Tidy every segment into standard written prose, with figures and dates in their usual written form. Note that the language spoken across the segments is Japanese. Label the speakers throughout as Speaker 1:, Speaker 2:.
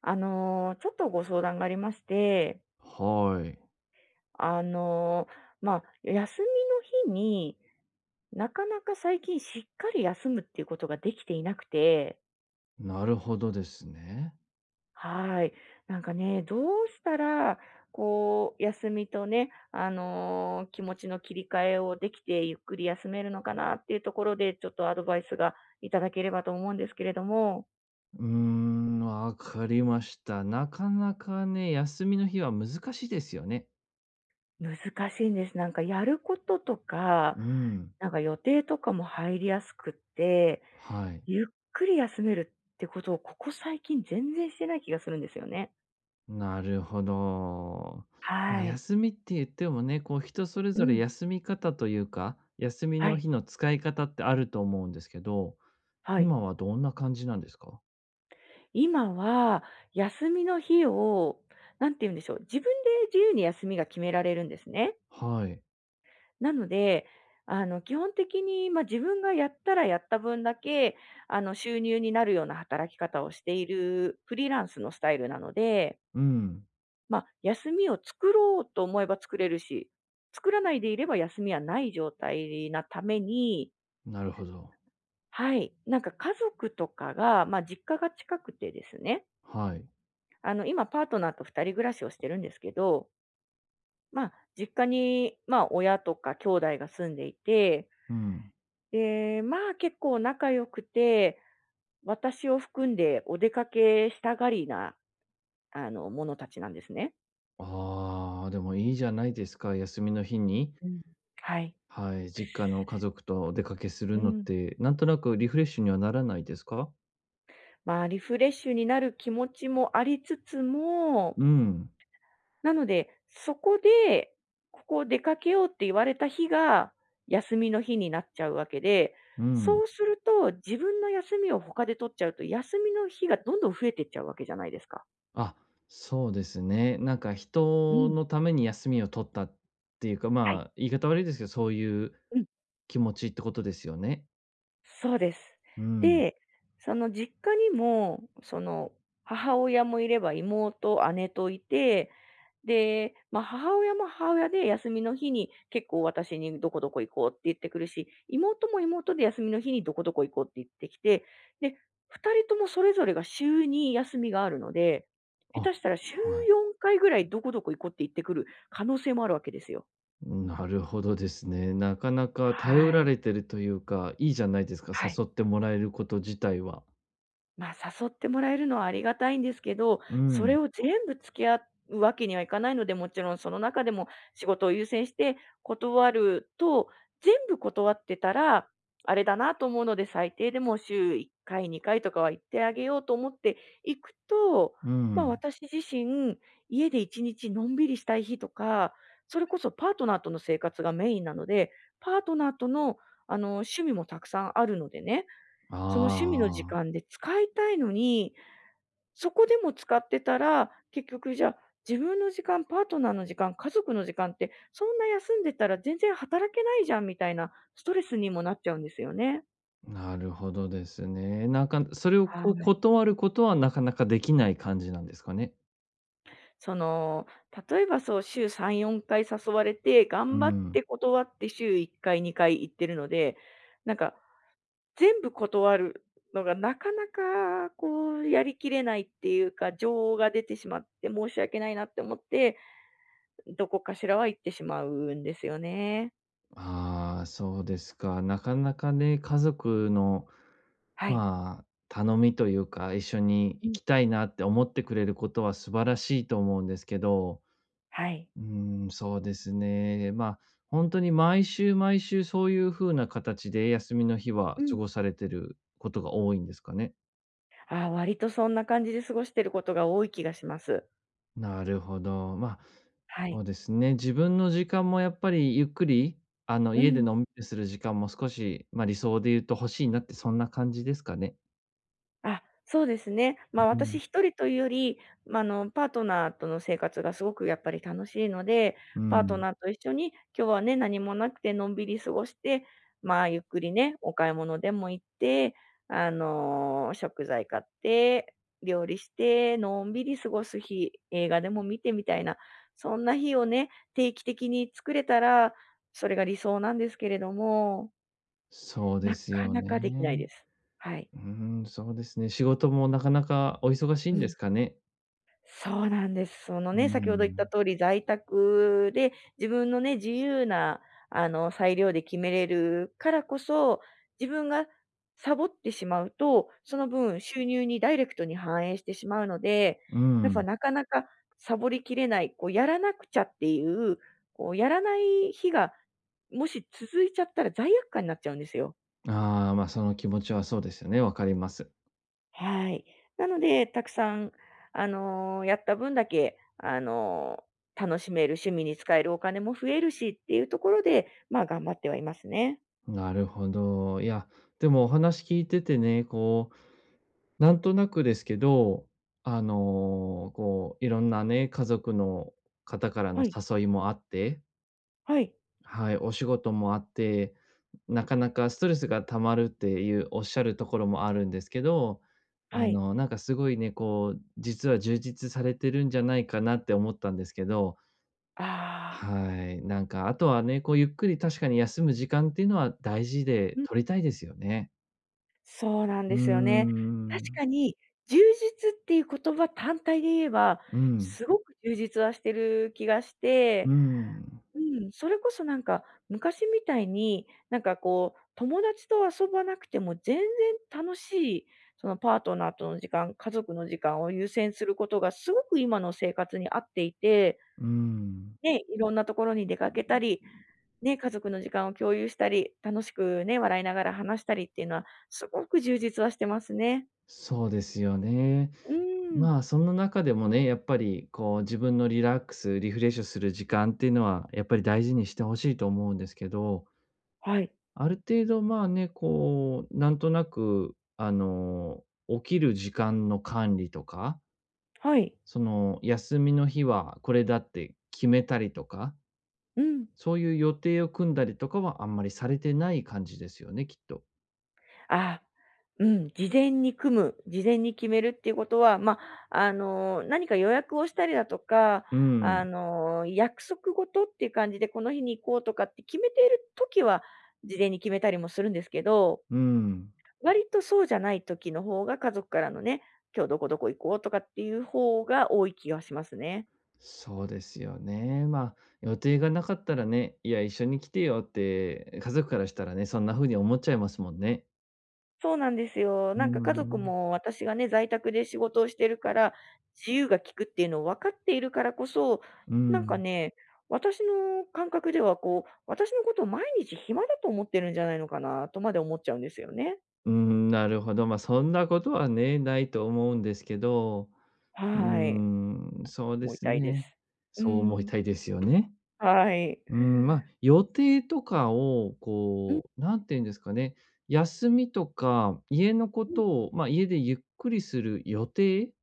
Speaker 1: ちょっとご相談がありまして、
Speaker 2: はい。
Speaker 1: あの、休みの日になかなか最近しっかり休むっていうことができていなくて、
Speaker 2: なるほどですね。
Speaker 1: はい。なんかね、どうしたら、こう、休みとね、気持ちの切り替えをできてゆっくり休めるのかなっていうところで、ちょっとアドバイスがいただければと思うんですけれども。
Speaker 2: うーん、わかりました。なかなかね、休みの日は難しいですよね。
Speaker 1: 難しいんです。なんかやることとか、
Speaker 2: うん。
Speaker 1: なんか予定とかも入りやすくって、
Speaker 2: はい。
Speaker 1: ゆっくり休めるってことをここ最近全然してない気がするんですよね。
Speaker 2: なるほど。まあ、
Speaker 1: はい。
Speaker 2: 休みって言ってもね、こう人それ
Speaker 1: う
Speaker 2: ぞれ
Speaker 1: ん。
Speaker 2: 休み方というか、休み
Speaker 1: は
Speaker 2: の
Speaker 1: い。
Speaker 2: 日の使い方ってあると思うんですけど、
Speaker 1: はい。
Speaker 2: 今はどんな感じなんですか？
Speaker 1: 今は休みの日を、なんて言うんでしょう、自分で自由に休みが決められるんですね。
Speaker 2: はい。
Speaker 1: なので、基本的に、自分がやったらやった分だけ、収入になるような働き方をしているフリーランスのスタイルなので、
Speaker 2: うん。
Speaker 1: 休みを作ろうと思えば作れるし、作らないでいれば休みはない状態なために、
Speaker 2: なるほど。
Speaker 1: はい、なんか家族とかが、実家が近くてですね、
Speaker 2: はい。
Speaker 1: 今パートナーと2人暮らしをしてるんですけど、実家に、親とか兄弟が住んでいて、
Speaker 2: うん。
Speaker 1: で、結構仲良くて、私を含んでお出かけしたがりな、者たちなんですね。
Speaker 2: ああ、でもいいじゃないですか。休みの日に
Speaker 1: うん。はい。
Speaker 2: はい、実家の家族とお出かけする
Speaker 1: う
Speaker 2: のっ
Speaker 1: ん。
Speaker 2: て、なんとなくリフレッシュにはならないですか？
Speaker 1: リフレッシュになる気持ちもありつつも、
Speaker 2: うん、
Speaker 1: なので、そこで、ここ出かけようって言われた日が、休みの日になっちゃうわけで、
Speaker 2: うん。
Speaker 1: そうすると自分の休みを他で取っちゃうと、休みの日がどんどん増えてっちゃうわけじゃないですか。
Speaker 2: あ、そうですね。なんか
Speaker 1: う
Speaker 2: 人
Speaker 1: ん。
Speaker 2: のために休みを取ったっていうか、
Speaker 1: は
Speaker 2: ま
Speaker 1: い。
Speaker 2: あ、言い方悪いですけど、そういう気持ちってことですよね。
Speaker 1: そうです。
Speaker 2: うん。
Speaker 1: で、その実家にも、その母親もいれば妹、姉といて、で、母親も母親で休みの日に結構私にどこどこ行こうって言ってくるし、妹も妹で休みの日にどこどこ行こうって言ってきて、で、2人ともそれぞれが週に休みがあるので、
Speaker 2: あ、
Speaker 1: 下手したら週
Speaker 2: はい。
Speaker 1: 4回ぐらいどこどこ行こうって言ってくる可能性もあるわけですよ。
Speaker 2: なるほどですね。なかなか頼
Speaker 1: は
Speaker 2: ら
Speaker 1: い。
Speaker 2: れてるというか、いいじゃないですか、
Speaker 1: はい。
Speaker 2: 誘ってもらえること自体は。
Speaker 1: 誘ってもらえるのはありがたいんですけど、
Speaker 2: う
Speaker 1: それ
Speaker 2: ん、
Speaker 1: を全部付き合うわけにはいかないので、もちろんその中でも仕事を優先して断ると、全部断ってたら、あれだなと思うので、最低でも週1回、2回とかは行ってあげようと思っていくと、
Speaker 2: うん。
Speaker 1: 私自身、家で1日のんびりしたい日とか、それこそパートナーとの生活がメインなので、パートナーとの、趣味もたくさんあるのでね、その趣味の時
Speaker 2: ああ。
Speaker 1: 間で使いたいのに、そこでも使ってたら、結局じゃあ、自分の時間、パートナーの時間、家族の時間って、そんな休んでたら全然働けないじゃんみたいなストレスにもなっちゃうんですよね。
Speaker 2: なるほどですね。なんか、それを
Speaker 1: は
Speaker 2: こう
Speaker 1: い。
Speaker 2: 断ることはなかなかできない感じなんですかね？
Speaker 1: その、例えばそう、週3、4回誘われて、頑
Speaker 2: う
Speaker 1: 張っ
Speaker 2: ん。
Speaker 1: て断って週1回、2回行ってるので、なんか全部断るのがなかなかこうやりきれないっていうか、情が出てしまって申し訳ないなって思って、どこかしらは行ってしまうんですよね。
Speaker 2: ああ、そうですか。なかなかね、家族の、
Speaker 1: はい。
Speaker 2: まあ、頼みというか、一緒に
Speaker 1: う
Speaker 2: 行
Speaker 1: ん。
Speaker 2: きたいなって思ってくれることは素晴らしいと思うんですけど、
Speaker 1: はい。
Speaker 2: うん、そうですね。まあ、本当に毎週毎週そういう風な形で休みの日は
Speaker 1: う
Speaker 2: 過
Speaker 1: ん。
Speaker 2: ごされてることが多いんですかね？
Speaker 1: ああ、割とそんな感じで過ごしてることが多い気がします。
Speaker 2: なるほど。まあ、
Speaker 1: は
Speaker 2: そ
Speaker 1: い。
Speaker 2: うですね。自分の時間もやっぱりゆっくり、あの、
Speaker 1: う
Speaker 2: 家で
Speaker 1: ん。
Speaker 2: のんびりする時間も少し、まあ、理想で言うと欲しいなって、そんな感じですかね。
Speaker 1: あ、そうですね。
Speaker 2: う
Speaker 1: 私
Speaker 2: ん、
Speaker 1: 一人というより、パートナーとの生活がすごくやっぱり楽しいので、
Speaker 2: う
Speaker 1: パート
Speaker 2: ん。
Speaker 1: ナーと一緒に今日はね、何もなくてのんびり過ごして、ゆっくりね、お買い物でも行って、食材買って、料理して、のんびり過ごす日、映画でも見てみたいな、そんな日をね、定期的に作れたら、それが理想なんですけれども、
Speaker 2: そうで
Speaker 1: な
Speaker 2: す
Speaker 1: か
Speaker 2: よ
Speaker 1: なか
Speaker 2: ね。
Speaker 1: できないです。はい。
Speaker 2: うん、そうですね。仕事もなかなかお忙しい
Speaker 1: う
Speaker 2: んで
Speaker 1: ん。
Speaker 2: すかね。
Speaker 1: そうなんです。その
Speaker 2: う
Speaker 1: ね、先ほど言った
Speaker 2: ん。
Speaker 1: 通り、在宅で自分のね、自由な、裁量で決めれるからこそ、自分がサボってしまうと、その分収入にダイレクトに反映してしまうので、
Speaker 2: う
Speaker 1: やっぱ
Speaker 2: ん。
Speaker 1: なかなかサボりきれない、こう、やらなくちゃっていう、こう、やらない日が、もし続いちゃったら罪悪感になっちゃうんですよ。
Speaker 2: ああ、ま、あその気持ちはそうですよね、わかります。
Speaker 1: はい。なので、たくさん、やった分だけ、楽しめる趣味に使えるお金も増えるしっていうところで、頑張ってはいますね。
Speaker 2: なるほど。いや、でもお話聞いててね、こうなんとなくですけど、あの、こう、いろんなね、家族の方からの
Speaker 1: はい。
Speaker 2: 誘いもあって、
Speaker 1: はい。
Speaker 2: はい、お仕事もあって、なかなかストレスが溜まるっていうおっしゃるところもあるんですけど、
Speaker 1: は
Speaker 2: あ
Speaker 1: い。
Speaker 2: の、なんかすごいね、こう、実は充実されてるんじゃないかなって思ったんですけど、
Speaker 1: ああ、
Speaker 2: はい、なんか、あとはね、こうゆっくり確かに休む時間っていうのは大事で
Speaker 1: うん、
Speaker 2: 取りたいですよね。
Speaker 1: そうなん
Speaker 2: うー
Speaker 1: ですよね。確
Speaker 2: ん、
Speaker 1: かに、充実っていう言葉単体で言えば、
Speaker 2: うん、
Speaker 1: すごく充実はしてる気がして、
Speaker 2: うん、
Speaker 1: うん、それこそなんか、昔みたいに、なんかこう、友達と遊ばなくても全然楽しい、そのパートナーとの時間、家族の時間を優先することがすごく今の生活に合っていて、
Speaker 2: うん。
Speaker 1: ね、いろんなところに出かけたり、ね、家族の時間を共有したり、楽しくね、笑いながら話したりっていうのは、すごく充実はしてますね。
Speaker 2: そうですよね。
Speaker 1: うん。
Speaker 2: まあ、その中でもね、やっぱりこう自分のリラックス、リフレッシュする時間っていうのは、やっぱり大事にしてほしいと思うんですけど、
Speaker 1: はい。
Speaker 2: ある程度まあね、こう、なんとなく、あの、起きる時間の管理とか、
Speaker 1: はい。
Speaker 2: その休みの日はこれだって決めたりとか、
Speaker 1: うん。
Speaker 2: そういう予定を組んだりとかはあんまりされてない感じですよね、きっと。
Speaker 1: あ、うん、事前に組む、事前に決めるっていうことは、何か予約をしたりだとか、
Speaker 2: うん、
Speaker 1: 約束事っていう感じで、この日に行こうとかって決めているときは、事前に決めたりもするんですけど、
Speaker 2: うん。
Speaker 1: 割とそうじゃない時の方が、家族からのね、今日どこどこ行こうとかっていう方が多い気がしますね。
Speaker 2: そうですよね。まあ、予定がなかったらね、いや、一緒に来てよって、家族からしたらね、そんな風に思っちゃいますもんね。
Speaker 1: そうなんですよ。
Speaker 2: うー
Speaker 1: なんか家族
Speaker 2: ん。
Speaker 1: も私がね、在宅で仕事をしてるから、自由が利くっていうのを分かっているからこそ、
Speaker 2: う
Speaker 1: なんか
Speaker 2: ん。
Speaker 1: ね、私の感覚ではこう、私のことを毎日暇だと思ってるんじゃないのかなとまで思っちゃうんですよね。
Speaker 2: うーん、なるほど。まあ、そんなことはね、ないと思うんですけど、うー
Speaker 1: はい。
Speaker 2: ん、そうで
Speaker 1: もう
Speaker 2: す
Speaker 1: 痛いで
Speaker 2: ね。
Speaker 1: す。う
Speaker 2: そう思い
Speaker 1: ん。
Speaker 2: たいですよね。
Speaker 1: はい。
Speaker 2: うん、まあ、予定とかを
Speaker 1: うん
Speaker 2: こう、なんていうんですかね、休みとか、家のこ
Speaker 1: うん。
Speaker 2: とを、まあ、家でゆっくりする予定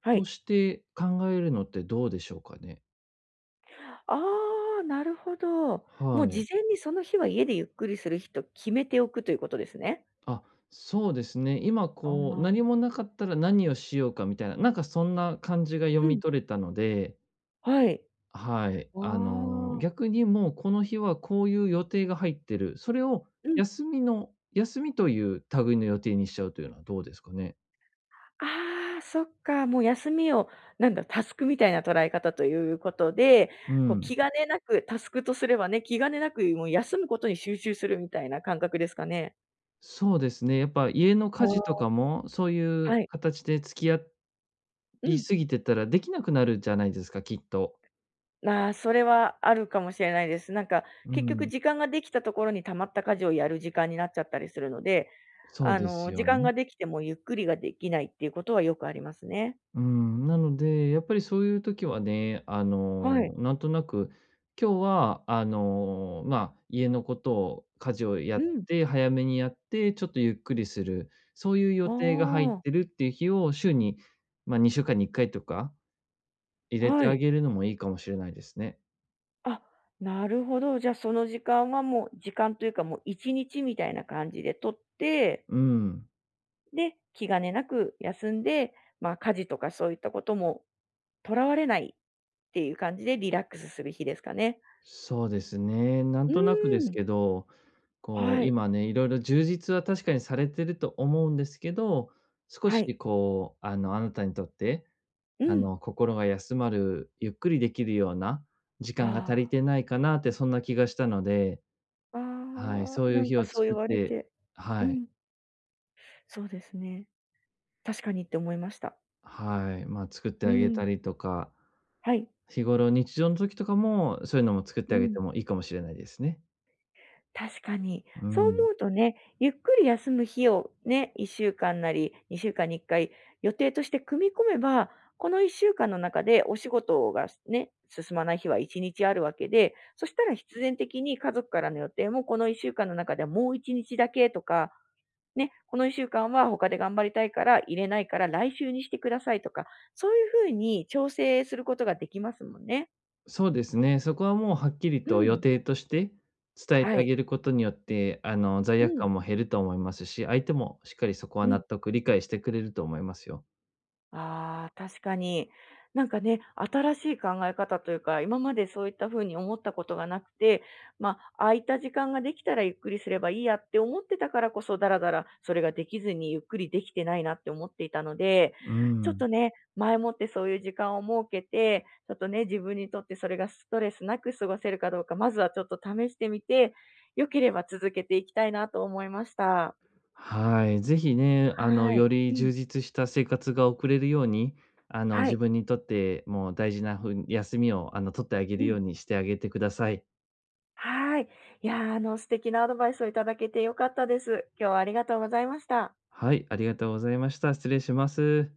Speaker 1: は
Speaker 2: と
Speaker 1: い。
Speaker 2: して考えるのってどうでしょうかね？
Speaker 1: ああ、なるほど。もう
Speaker 2: は
Speaker 1: 事
Speaker 2: い。
Speaker 1: 前にその日は家でゆっくりする日と決めておくということですね。
Speaker 2: あ、そうですね。今
Speaker 1: あ
Speaker 2: こう、何
Speaker 1: あ。
Speaker 2: もなかったら何をしようかみたいな、なんかそんな感じが
Speaker 1: う
Speaker 2: 読
Speaker 1: ん、
Speaker 2: み取れたので、
Speaker 1: はい。
Speaker 2: はい。
Speaker 1: わ
Speaker 2: あの、
Speaker 1: あ。
Speaker 2: 逆にもうこの日はこういう予定が入ってる。それを
Speaker 1: うん。
Speaker 2: 休みの休みという類の予定にしちゃうというのはどうですかね？
Speaker 1: ああ、そっか、もう休みを、なんだ、タスクみたいな捉え方ということで、
Speaker 2: う
Speaker 1: こう気
Speaker 2: ん。
Speaker 1: 兼ねなく、タスクとすればね、気兼ねなくもう休むことに集中するみたいな感覚ですかね？
Speaker 2: そうですね。やっぱ家の家事とかも、そういう
Speaker 1: はい。
Speaker 2: 形で付き合
Speaker 1: う
Speaker 2: い
Speaker 1: ん。
Speaker 2: すぎてたらできなくなるじゃないですか、きっと。
Speaker 1: ああ、それはあるかもしれないです。なんか、
Speaker 2: う
Speaker 1: 結局
Speaker 2: ん。
Speaker 1: 時間ができたところに溜まった家事をやる時間になっちゃったりするので、
Speaker 2: そうです
Speaker 1: 時
Speaker 2: よ
Speaker 1: 間
Speaker 2: ね。
Speaker 1: ができてもゆっくりができないっていうことはよくありますね。
Speaker 2: うん、なので、やっぱりそういう時はね、あ
Speaker 1: はい。
Speaker 2: の、なんとなく、今日は、あの、まあ、家のことを、家事をや
Speaker 1: う
Speaker 2: っ
Speaker 1: ん。
Speaker 2: て、早めにやって、ちょっとゆっくりする、そういう
Speaker 1: あ
Speaker 2: 予定が入っ
Speaker 1: あ、
Speaker 2: てるっていう日を週に、まあ、2週間に1回とか入れて
Speaker 1: は
Speaker 2: あ
Speaker 1: い。
Speaker 2: げるのもいいかもしれないですね。
Speaker 1: あ、なるほど。じゃあ、その時間はもう時間というか、もう1日みたいな感じで取って、
Speaker 2: うん、
Speaker 1: で、気兼ねなく休んで、家事とかそういったこともとらわれないっていう感じでリラックスする日ですかね。
Speaker 2: そうですね。なん
Speaker 1: う
Speaker 2: となくで
Speaker 1: ー
Speaker 2: す
Speaker 1: ん。
Speaker 2: けどこ
Speaker 1: は
Speaker 2: う、
Speaker 1: い。
Speaker 2: 今ね、いろいろ充実は確かにされてると思うんですけど、少
Speaker 1: はい。
Speaker 2: しこう、あの、あなたにとって、
Speaker 1: う
Speaker 2: あ
Speaker 1: ん。
Speaker 2: の、心が休まる、ゆっくりできるような時
Speaker 1: あ
Speaker 2: 間が足り
Speaker 1: あ。
Speaker 2: てないかなって、そんな気がしたので、
Speaker 1: あ
Speaker 2: はい、
Speaker 1: あ、
Speaker 2: そうい
Speaker 1: な
Speaker 2: う
Speaker 1: ん
Speaker 2: 日を
Speaker 1: かそう言
Speaker 2: 作っ
Speaker 1: われ
Speaker 2: て
Speaker 1: て、
Speaker 2: は
Speaker 1: う
Speaker 2: い、
Speaker 1: ん、そうですね。確かにって思いました。
Speaker 2: はい、まあ、作って
Speaker 1: う
Speaker 2: あげ
Speaker 1: ん。
Speaker 2: たりとか、
Speaker 1: はい。
Speaker 2: 日頃、日常の時とかも、そういうのも作って
Speaker 1: う
Speaker 2: あげ
Speaker 1: ん。
Speaker 2: てもいいかもしれないですね。
Speaker 1: 確かに。
Speaker 2: う
Speaker 1: そう
Speaker 2: ん。
Speaker 1: 思うとね、ゆっくり休む日をね、1週間なり2週間に1回予定として組み込めば、この1週間の中でお仕事がね、進まない日は1日あるわけで、そしたら必然的に家族からの予定もこの1週間の中ではもう1日だけとか、ね、この1週間は他で頑張りたいから入れないから来週にしてくださいとか、そういうふうに調整することができますもんね。
Speaker 2: そうですね、そこはもうはっきり
Speaker 1: う
Speaker 2: と予
Speaker 1: ん。
Speaker 2: 定として伝えて
Speaker 1: は
Speaker 2: あ
Speaker 1: い。
Speaker 2: げることによって、あの、罪
Speaker 1: う
Speaker 2: 悪
Speaker 1: ん。
Speaker 2: 感も減ると思いますし、相手もしっかりそこは
Speaker 1: う
Speaker 2: 納
Speaker 1: ん。
Speaker 2: 得、理解してくれると思いますよ。
Speaker 1: ああ、確かに。なんかね、新しい考え方というか、今までそういった風に思ったことがなくて、空いた時間ができたらゆっくりすればいいやって思ってたからこそ、だらだらそれができずにゆっくりできてないなって思っていたので、
Speaker 2: う
Speaker 1: ちょっと
Speaker 2: ん。
Speaker 1: ね、前もってそういう時間を設けて、ちょっとね、自分にとってそれがストレスなく過ごせるかどうか、まずはちょっと試してみて、良ければ続けていきたいなと思いました。
Speaker 2: はい。ぜひね、あの、
Speaker 1: は
Speaker 2: よ
Speaker 1: い。う
Speaker 2: り
Speaker 1: ん。
Speaker 2: 充実した生活が送れるように、あの、
Speaker 1: は
Speaker 2: 自
Speaker 1: い。
Speaker 2: 分にとってもう大事なふう休みを、あの、取ってあげ
Speaker 1: う
Speaker 2: るよ
Speaker 1: ん。
Speaker 2: うにしてあげてください。
Speaker 1: はい。いやー、素敵なアドバイスをいただけて良かったです。今日はありがとうございました。
Speaker 2: はい、ありがとうございました。失礼します。